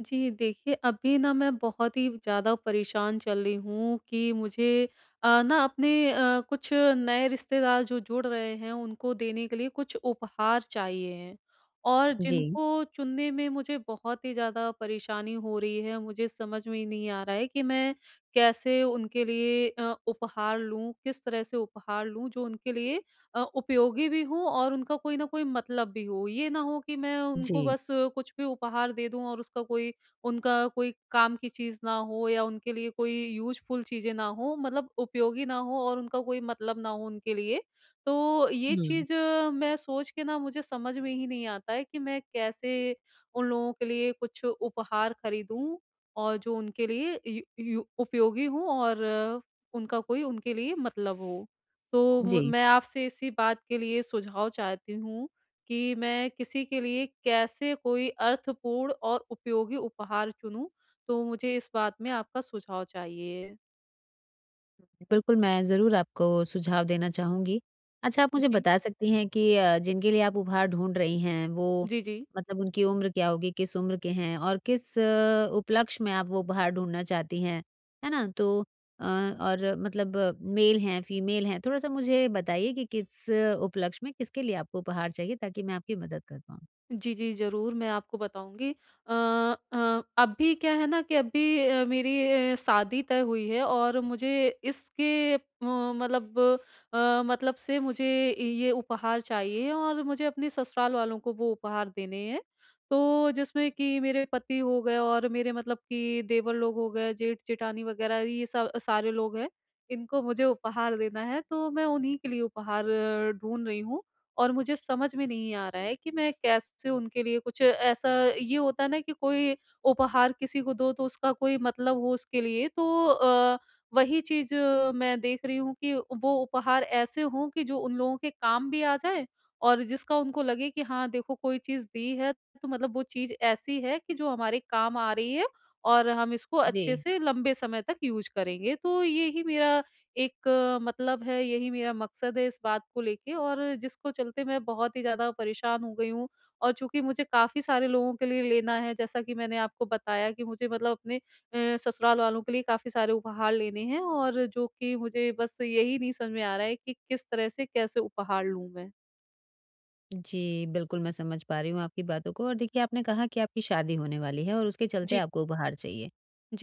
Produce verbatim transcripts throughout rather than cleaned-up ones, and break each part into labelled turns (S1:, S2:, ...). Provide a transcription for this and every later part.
S1: जी, देखिए अभी ना मैं बहुत ही ज़्यादा परेशान चल रही हूँ कि मुझे अ, ना अपने अ, कुछ नए रिश्तेदार जो जुड़ रहे हैं उनको देने के लिए कुछ उपहार चाहिए हैं। और
S2: जी,
S1: जिनको चुनने में मुझे बहुत ही ज़्यादा परेशानी हो रही है, मुझे समझ में ही नहीं आ रहा है कि मैं कैसे उनके लिए अ, उपहार लूँ, किस तरह से उपहार लूँ जो उनके लिए अ, उपयोगी भी हो और उनका कोई ना कोई मतलब भी हो। ये ना हो कि मैं
S2: जी।
S1: उनको बस अ, कुछ भी उपहार दे दूँ और उसका कोई उनका कोई काम की चीज़ ना हो या उनके लिए कोई यूज़फुल चीज़ें ना हो, मतलब उपयोगी ना हो और उनका कोई मतलब ना हो उनके लिए। तो ये
S2: हुँ,
S1: चीज़ मैं सोच के ना मुझे समझ में ही नहीं आता है कि मैं कैसे उन लोगों के लिए कुछ उपहार खरीदूँ और जो उनके लिए यू यू उपयोगी हो और अ, उनका कोई उनके लिए मतलब हो। तो म
S2: जी।
S1: मैं आपसे इसी बात के लिए सुझाव चाहती हूँ कि मैं किसी के लिए कैसे कोई अर्थपूर्ण और उपयोगी उपहार चुनूँ? तो मुझे इस बात में आपका सुझाव चाहिए।
S2: बिल्कुल, मैं ज़रूर आपको सुझाव देना चाहूँगी। अच्छा, आप मुझे
S1: जी।
S2: बता सकती हैं कि अ, जिनके लिए आप उपहार ढूँढ रही हैं, वो
S1: जी, जी।
S2: मतलब उनकी उम्र क्या होगी, किस उम्र के हैं और किस अ, उपलक्ष्य में आप वो उपहार ढूँढना चाहती हैं, है ना? तो अ, और मतलब मेल हैं, फीमेल हैं, थोड़ा-सा मुझे बताइए कि किस उपलक्ष्य में, किसके लिए आपको उपहार चाहिए ताकि मैं आपकी मदद कर पाऊँ?
S1: जी, जी, ज़रूर मैं आपको बताऊँगी। अ अ, अभी क्या है ना कि अभी अ, मेरी अ, शादी तय हुई है और मुझे इसके अ, मतलब अ, मतलब से मुझे ये उपहार चाहिए और मुझे अपने ससुराल वालों को वो उपहार देने हैं। तो जिसमें कि मेरे पति हो गए और मेरे मतलब कि देवर लोग हो गए, जेठ-जेठानी वग़ैरह ये सब सारे लोग हैं। इनको मुझे उपहार देना है, तो मैं उन्हीं के लिए उपहार ढूँढ रही हूँ। और मुझे समझ में नहीं आ रहा है कि मैं कैसे उनके लिए कुछ ऐसा ये होता है ना कि कोई उपहार किसी को दो तो उसका कोई मतलब हो उसके लिए, तो अ, वही चीज़ मैं देख रही हूँ कि वो उपहार ऐसे हों कि जो उन लोगों के काम भी आ जाए और जिसका उनको लगे कि हाँ देखो कोई चीज़ दी है तो मतलब वो चीज़ ऐसी है कि जो हमारे काम आ रही है और हम इसको
S2: जी।
S1: अच्छे से लंबे समय तक यूज करेंगे, तो यही मेरा एक अ, मतलब है, यही मेरा मकसद है इस बात को लेके और जिसको चलते मैं बहुत ही ज़्यादा परेशान हो गई हूँ। और चूँकि मुझे काफ़ी सारे लोगों के लिए लेना है, जैसा कि मैंने आपको बताया कि मुझे मतलब अपने अ, ससुराल वालों के लिए काफ़ी सारे उपहार लेने हैं, और जो कि मुझे बस यही नहीं समझ में आ रहा है कि किस तरह से कैसे उपहार लूँ मैं?
S2: जी, बिल्कुल मैं समझ पा रही हूँ आपकी बातों को और देखिए आपने कहा कि आपकी शादी होने वाली है और उसके चलते
S1: जी।
S2: आपको उपहार चाहिए।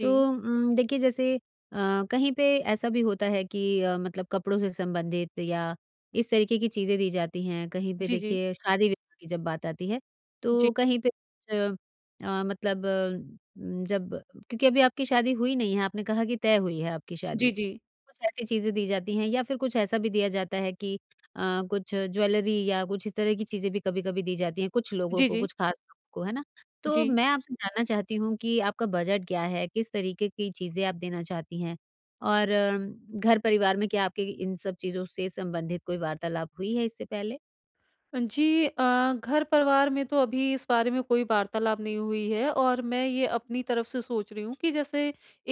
S2: तो उम, देखिए जैसे अ, कहीं पे ऐसा भी होता है कि अ, मतलब कपड़ों से संबंधित या इस तरीके की चीज़ें दी जाती हैं, कहीं पे
S1: जी, जी।
S2: देखिए शादी-विवाह की जब बात आती है,
S1: जी।
S2: तो कहीं पे अ अ, मतलब उम, जब क्योंकि अभी आपकी शादी हुई नहीं है, आपने कहा कि तय हुई है आपकी शादी।
S1: जी, जी।
S2: कुछ ऐसी चीज़ें दी जाती हैं या फिर कुछ ऐसा भी दिया जाता है कि अ, कुछ ज्वेलरी या कुछ इस तरह की चीज़ें भी कभी-कभी दी जाती हैं कुछ लोगों
S1: जी,
S2: को,
S1: जी।
S2: कुछ खास लोगों को, है ना? तो
S1: जी।
S2: मैं आपसे जानना चाहती हूँ कि आपका बजट क्या है? किस तरीके की चीज़ें आप देना चाहती हैं? और अम, घर परिवार में क्या आपके इन सब चीज़ों से संबंधित कोई वार्तालाप हुई है इससे पहले?
S1: जी, अ, घर परिवार में तो अभी इस बारे में कोई वार्तालाप नहीं हुई है और मैं ये अपनी तरफ से सोच रही हूँ कि जैसे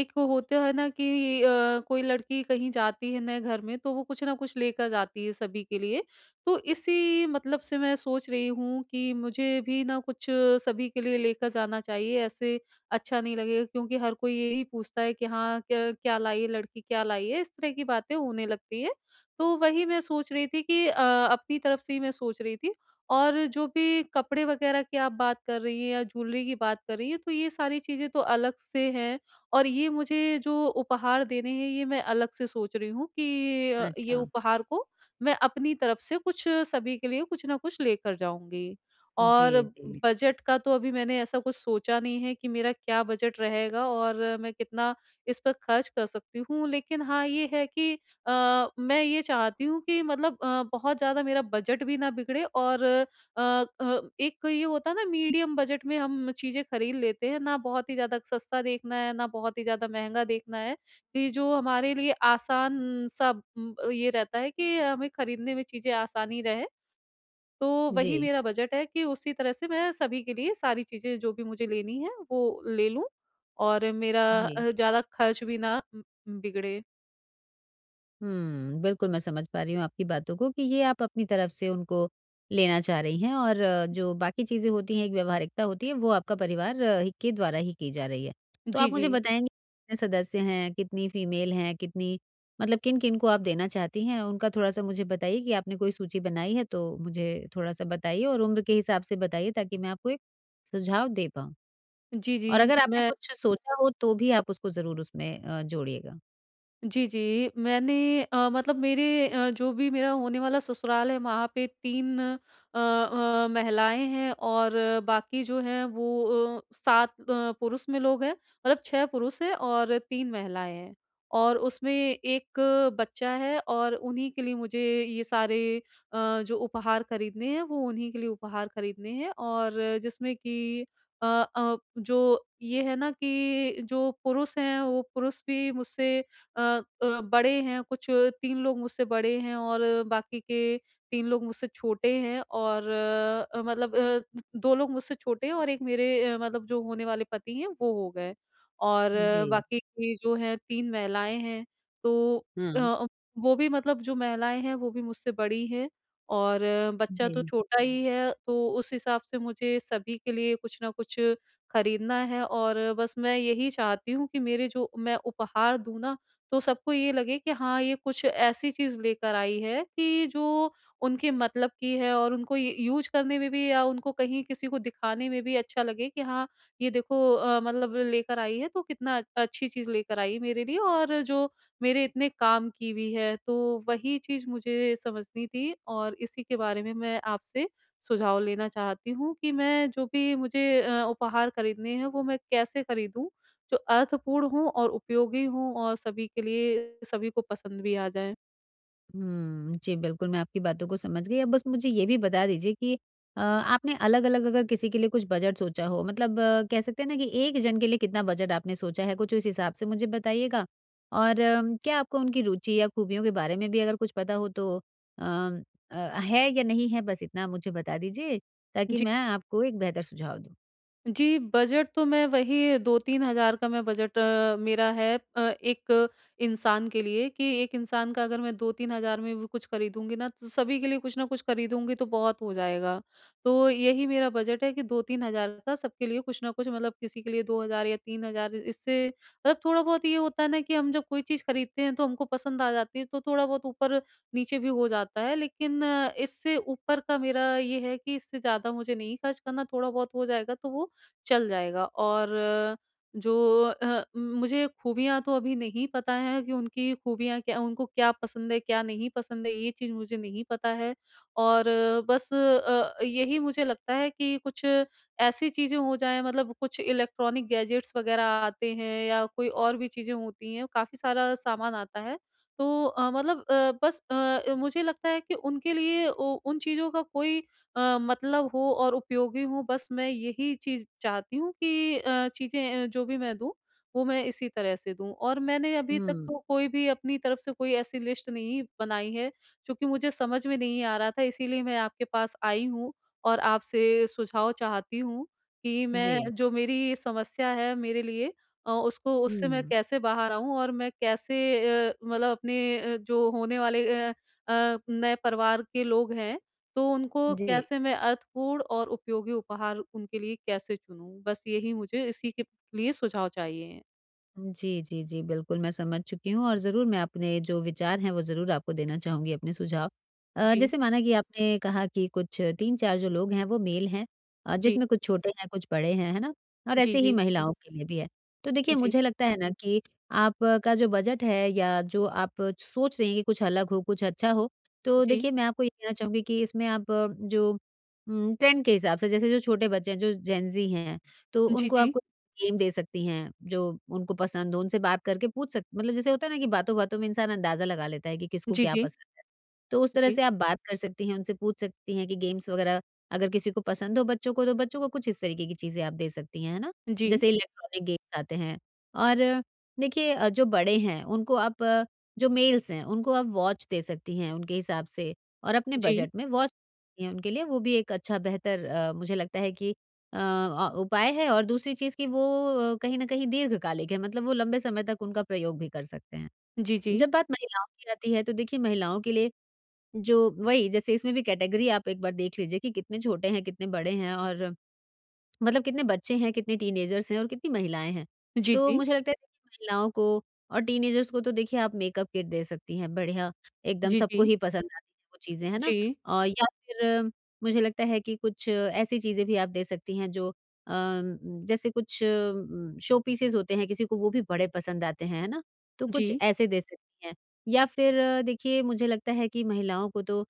S1: एक वो होता है ना कि अ, कोई लड़की कहीं जाती है नए घर में तो वो कुछ ना कुछ लेकर जाती है सभी के लिए, तो इसी मतलब से मैं सोच रही हूँ कि मुझे भी ना कुछ सभी के लिए लेकर जाना चाहिए, ऐसे अच्छा नहीं लगेगा क्योंकि हर कोई यही पूछता है कि हाँ क्या, क्या लाई है लड़की, क्या लाई है, इस तरह की बातें होने लगती है। तो वही मैं सोच रही थी कि अ, अपनी तरफ से ही मैं सोच रही थी। और जो भी कपड़े वगैरह की आप बात कर रही हैं या ज्वेलरी की बात कर रही हैं, तो ये सारी चीज़ें तो अलग से हैं और ये मुझे जो उपहार देने हैं, ये मैं अलग से सोच रही हूँ कि अ, ये
S2: अच्छा।
S1: उपहार को मैं अपनी तरफ से कुछ सभी के लिए कुछ ना कुछ लेकर जाऊँगी।
S2: जी,
S1: और
S2: जी।
S1: बजट का तो अभी मैंने ऐसा कुछ सोचा नहीं है कि मेरा क्या बजट रहेगा और मैं कितना इस पर खर्च कर सकती हूँ। लेकिन हाँ, ये है कि अ, मैं ये चाहती हूँ कि मतलब अ, बहुत ज़्यादा मेरा बजट भी ना बिगड़े, और अ अ, एक कोई ये होता है ना मीडियम बजट में हम चीज़ें खरीद लेते हैं, ना बहुत ही ज़्यादा सस्ता देखना है, ना बहुत ही ज़्यादा महँगा देखना है, कि जो हमारे लिए आसान सा उम, ये रहता है कि हमें खरीदने में चीज़ें आसानी रहे। तो वही
S2: जी,
S1: मेरा बजट है कि उसी तरह से मैं सभी के लिए सारी चीज़ें जो भी मुझे लेनी है वो ले लूँ और मेरा अ,
S2: जी।
S1: ज़्यादा खर्च भी ना उम, बिगड़े।
S2: हुँ, बिल्कुल मैं समझ पा रही हूँ आपकी बातों को कि ये आप अपनी तरफ से उनको लेना चाह रही हैं और अ, जो बाकी चीज़ें होती हैं, एक व्यावहारिकता होती है, वो आपका परिवार अ, ही के द्वारा ही की जा रही है। तो आप
S1: जी,
S2: मुझे
S1: जी।
S2: बताएँगे कितने सदस्य हैं, कितनी फ़ीमेल हैं, कितनी मतलब किन-किन को आप देना चाहती हैं? उनका थोड़ा-सा मुझे बताइए कि आपने कोई सूची बनाई है तो मुझे थोड़ा-सा बताइए और उम्र के हिसाब से बताइए ताकि मैं आपको एक सुझाव दे पाऊँ।
S1: जी,
S2: और
S1: जी।
S2: अगर आपने
S1: मैं
S2: कुछ सोचा हो तो भी आप उसको ज़रूर उसमें अ, जोड़िएगा।
S1: जी, जी। मैंने अ, मतलब मेरे अ, जो भी मेरा होने वाला ससुराल है वहाँ पे तीन अ अ, महिलाएँ हैं और बाकी जो हैं वो अ, सात अ, पुरुष में लोग हैं। मतलब छह पुरुष हैं और तीन महिलाएँ हैं और उसमें एक बच्चा है, और उन्हीं के लिए मुझे ये सारे अ, जो उपहार खरीदने हैं वो उन्हीं के लिए उपहार खरीदने हैं। और जिसमें कि अ अ, जो ये है ना कि जो पुरुष हैं वो पुरुष भी मुझसे अ अ, बड़े हैं, कुछ तीन लोग मुझसे बड़े हैं और बाकी के तीन लोग मुझसे छोटे हैं, और अ, मतलब अ, दो लोग मुझसे छोटे हैं और एक मेरे अ, मतलब जो होने वाले पति हैं, वो हो गए। और
S2: जी।
S1: अ, बाकी की जो हैं तीन महिलाएँ हैं। तो
S2: हुँ।
S1: अ, वो भी मतलब जो महिलाएँ हैं, वो भी मुझसे बड़ी हैं और अ, बच्चा
S2: जी।
S1: तो छोटा ही है, तो उस हिसाब से मुझे सभी के लिए कुछ ना कुछ खरीदना है। और बस मैं यही चाहती हूँ कि मेरे जो मैं उपहार दूँ ना, तो सबको ये लगे कि हाँ, ये कुछ ऐसी चीज़ लेकर आई है कि जो उनके मतलब की है और उनको य यूज़ करने में भी या उनको कहीं किसी को दिखाने में भी अच्छा लगे कि हाँ, ये देखो अ, मतलब लेकर आई है तो कितना अ- अच्छी चीज़ लेकर आई है मेरे लिए और जो मेरे इतने काम की भी है। तो वही चीज़ मुझे समझनी थी, और इसी के बारे में मैं आपसे सुझाव लेना चाहती हूँ कि मैं जो भी मुझे अ, उपहार खरीदने हैं वो मैं कैसे खरीदूँ? जो अर्थपूर्ण हों और उपयोगी हों और सभी के लिए सभी को पसंद भी आ जाएँ।
S2: हुँ, जी, बिल्कुल, मैं आपकी बातों को समझ गई। अब बस मुझे ये भी बता दीजिए कि अ, आपने अलग-अलग अगर किसी के लिए कुछ बजट सोचा हो, मतलब अ, कह सकते हैं ना कि एक जन के लिए कितना बजट आपने सोचा है, कुछ उस हिसाब से मुझे बताइएगा। और अम, क्या आपको उनकी रुचि या खूबियों के बारे में भी अगर कुछ पता हो तो अ अ, है या नहीं है, बस इतना मुझे बता दीजिए, ताकि
S1: जी।
S2: मैं आपको एक बेहतर सुझाव दूँ।
S1: जी, बजट तो मैं वही दो से तीन हज़ार का मैं बजट अ, मेरा है अ, एक इंसान के लिए, कि एक इंसान का अगर मैं दो से तीन हज़ार में भी कुछ खरीदूँगी ना, तो सभी के लिए कुछ ना कुछ खरीदूँगी तो बहुत हो जाएगा। तो यही मेरा बजट है कि दो से तीन हज़ार का सबके लिए कुछ ना कुछ, मतलब किसी के लिए दो हज़ार या तीन हज़ार, इससे मतलब थोड़ा-बहुत ये होता है ना कि हम जब कोई चीज़ खरीदते हैं तो हमको पसंद आ जाती है, तो थोड़ा-बहुत ऊपर-नीचे भी हो जाता है। लेकिन अ, इससे ऊपर का मेरा ये है कि इससे ज़्यादा मुझे नहीं खर्च करना, थोड़ा-बहुत हो जाएगा तो वो चल जाएगा। और अ, जो अ, मुझे खूबियाँ तो अभी नहीं पता है कि उनकी खूबियाँ क्या, उनको क्या पसंद है, क्या नहीं पसंद है, ये चीज़ मुझे नहीं पता है। और अ, बस अ, यही मुझे लगता है कि कुछ ऐसी चीज़ें हो जाएँ, मतलब कुछ इलेक्ट्रॉनिक गैजेट्स वग़ैरह आते हैं या कोई और भी चीज़ें होती हैं, काफ़ी सारा सामान आता है। तो अ, मतलब अ, बस अ, मुझे लगता है कि उनके लिए उ उन चीज़ों का कोई अ, मतलब हो और उपयोगी हो, बस मैं यही चीज़ चाहती हूँ कि अ, चीज़ें अ, जो भी मैं दूँ, वो मैं इसी तरह से दूँ। और मैंने अभी तक
S2: हुँ,
S1: तो कोई भी अपनी तरफ से कोई ऐसी लिस्ट नहीं बनाई है, क्योंकि मुझे समझ में नहीं आ रहा था, इसीलिए मैं आपके पास आई हूँ और आपसे सुझाव चाहती हूँ कि
S2: जी।
S1: मैं जो मेरी ये समस्या है मेरे लिए, अ, उसको उससे मैं
S2: हुँ,
S1: कैसे बाहर आऊँ, और मैं कैसे अ, मतलब अपने अ, जो होने वाले अ अ, नए परिवार के लोग हैं तो उनको
S2: जी।
S1: कैसे मैं अर्थपूर्ण और उपयोगी उपहार उनके लिए कैसे चुनूँ? बस यही मुझे इसी के लिए सुझाव चाहिए।
S2: जी, जी, जी। बिल्कुल, मैं समझ चुकी हूँ और ज़रूर मैं अपने जो विचार हैं, वो ज़रूर आपको देना चाहूँगी, अपने सुझाव। अ,
S1: जी,
S2: जैसे माना कि आपने कहा कि कुछ तीन चार जो लोग हैं, वो मेल हैं अ,
S1: जी,
S2: जिसमें कुछ छोटे हैं, कुछ बड़े हैं, है ना? और
S1: जी, जी,
S2: ऐसे ही हुँ।
S1: जी,
S2: महिलाओं के लिए भी है। तो देखिए, मुझे लगता है ना कि आपका जो बजट है या जो आप सोच रही हैं कि कुछ अलग हो, कुछ अच्छा हो, तो
S1: जी,
S2: देखिए, मैं आपको ये कहना चाहूँगी कि इसमें आप अ, जो उम, ट्रेंड के हिसाब से, जैसे जो छोटे बच्चे हैं, जो जेन ज़ी हैं, तो उनको आप
S1: जी,
S2: गेम दे सकती हैं, जो उनको पसंद हो, उनसे बात करके पूछ सक मतलब जैसे होता है ना कि बातों-बातों में इंसान अंदाज़ा लगा लेता है कि किसको
S1: जी, जी,
S2: क्या
S1: जी,
S2: पसंद है। तो उस तरह से आप बात कर सकती हैं, उनसे पूछ सकती हैं कि गेम्स वगैरह अगर किसी को पसंद हो बच्चों को, तो बच्चों को कुछ इस तरीके की चीज़ें आप दे सकती हैं, है ना? जैसे इलेक्ट्रॉनिक गेम्स आते हैं और देखिए अ, जो बड़े हैं उनको आप अ, जो मेल्स हैं, उनको आप वॉच दे सकती हैं उनके हिसाब से और अपने बजट में वॉच हैं उनके लिए, वो भी एक अच्छा बेहतर अ, मुझे लगता है कि अ, अ, उपाय है और दूसरी चीज़ कि वो अ, कहीं न कहीं दीर्घकालिक है, मतलब वो लंबे समय तक उनका प्रयोग भी कर सकते हैं।
S1: जी, जी, जी, जी, जी,
S2: जब बात महिलाओं की आती है, तो देखिए महिलाओं के लिए जो वही जैसे इसमें भी कैटेगरी आप एक बार देख लीजिए कि कितने छोटे हैं, कितने बड़े हैं और मतलब कितने बच्चे हैं, कितने टीनेजर्स हैं और कितनी महिलाएँ हैं। तो
S1: जी,
S2: मुझे लगता है देखिए महिलाओं को और टीनेजर्स को तो देखिए आप मेकअप किट दे सकती हैं, बढ़िया एकदम
S1: जी, जी,
S2: सबको
S1: जी,
S2: ही पसंद आती हैं वो चीज़ें, है ना?
S1: जी,
S2: और या फिर मुझे लगता है कि कुछ ऐसी चीज़ें भी आप दे सकती हैं जो अ, जैसे कुछ उम, शो पीसेस होते हैं, किसी को वो भी बड़े पसंद आते हैं, है ना? तो कुछ
S1: जी,
S2: ऐसे दे सकती हैं। या फिर अ, देखिए मुझे लगता है कि महिलाओं को तो अ,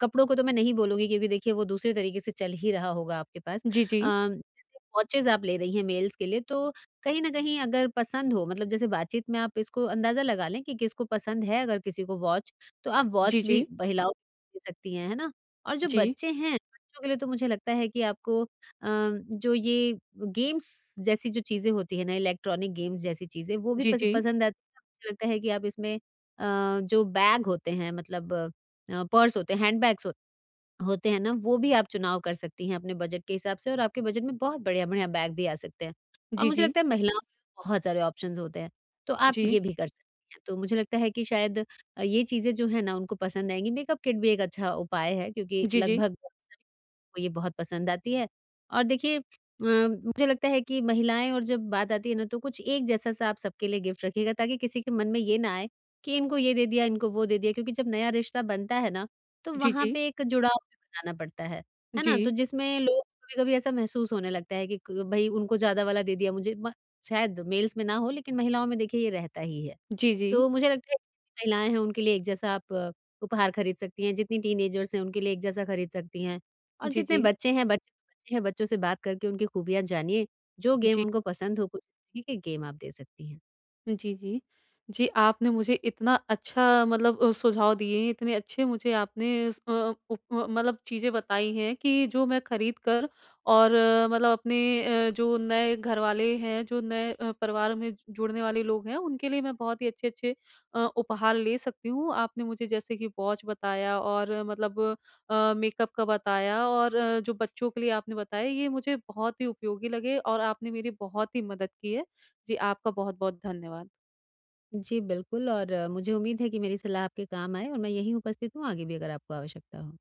S2: कपड़ों को तो मैं नहीं बोलूँगी क्योंकि देखिए वो दूसरे तरीके से चल ही रहा होगा आपके पास।
S1: जी, जी,
S2: अम, जैसे वॉचेज़ आप ले रही हैं मेल्स के लिए तो कहीं न कहीं अगर पसंद हो मतलब जैसे बातचीत में आप इसको अंदाज़ा लगा लें कि किसको पसंद है अगर किसी को वॉच, तो आप वॉच भी
S1: जी,
S2: महिलाओं को दे सकती हैं, है ना? और जो बच्चे हैं, बच्चों के लिए तो मुझे लगता है कि आपको अ, जो ये गेम्स जैसी जो चीज़ें होती हैं ना, इलेक्ट्रॉनिक गेम्स जैसी चीज़ें वो भी
S1: जी,
S2: पस
S1: जी,
S2: पसंद आती हैं। मुझे लगता है कि आप इसमें अ, जो बैग होते हैं मतलब अ, पर्स होते हैं, हैंडबैग्स होते होते हैं ना, वो भी आप चुनाव कर सकती हैं अपने बजट के हिसाब से और आपके बजट में बहुत बढ़िया-बढ़िया बैग भी आ सकते हैं।
S1: जी,
S2: और
S1: जी,
S2: मुझे
S1: जी, जी,
S2: लगता है महिलाओं के बहुत सारे ऑप्शंस होते हैं, तो आप ये भी कर सकती हैं। तो मुझे लगता है कि शायद अ, ये चीज़ें जो है ना उनको पसंद आएँगी। मेकअप किट भी एक अच्छा उपाय है क्योंकि
S1: जी, जी,
S2: लगभग को ये बहुत पसंद आती है। और देखिए अ, मुझे लगता है कि महिलाएँ और जब बात आती है ना तो कुछ एक जैसा-सा आप सबके लिए गिफ्ट रखिएगा ताकि किसी के मन में ये ना आए कि इनको ये दे दिया, इनको वो दे दिया क्योंकि जब नया रिश्ता बनता है ना, तो
S1: जी, जी,
S2: वहाँ
S1: जी, जी,
S2: पे एक जुड़ाव भी बनाना पड़ता है, है ना? तो जिसमें लोग कभी-कभी ऐसा महसूस होने लगता है कि क भई उनको ज़्यादा वाला दे दिया मुझे म शायद मेल्स में ना हो लेकिन महिलाओं में देखिए ये रहता ही है।
S1: जी,
S2: तो मुझे लगता है जितनी महिलाएँ हैं उनके लिए एक जैसा आप अ, उपहार खरीद सकती हैं, जितनी टीनेजर्स हैं उनके लिए एक जैसा खरीद सकती हैं और
S1: जी, जी,
S2: जितने
S1: जी,
S2: बच्चे हैं बच्चे तो बच्चे हैं, बच्चों से बात करके उनकी खूबियाँ जानिए, जो गेम
S1: जी।
S2: उनको पसंद हो कुछ इस तरीके के गेम आप दे सकती हैं।
S1: जी, जी। जी, आपने मुझे इतना अच्छा मतलब अ, सुझाव दिए हैं, इतने अच्छे मुझे आपने स अ, उप अ, मतलब चीज़ें बताई हैं कि जो मैं खरीद कर और अ, मतलब अपने अ, जो नए घरवाले हैं, जो नए अ, परिवार में जु- जुड़ने वाले लोग हैं, उनके लिए मैं बहुत ही अच्छे-अच्छे अ, उपहार ले सकती हूँ। आपने मुझे जैसे कि वॉच बताया और अ, मतलब अ, मेकअप का बताया और अ, जो बच्चों के लिए आपने बताया, ये मुझे बहुत ही उपयोगी लगे और आपने मेरी बहुत ही मदद की है। जी, आपका बहुत-बहुत धन्यवाद।
S2: जी बिल्कुल और अ, मुझे उम्मीद है कि मेरी सलाह आपके काम आए और मैं यहीं उपस्थित हूँ आगे भी अगर आपको आवश्यकता हो।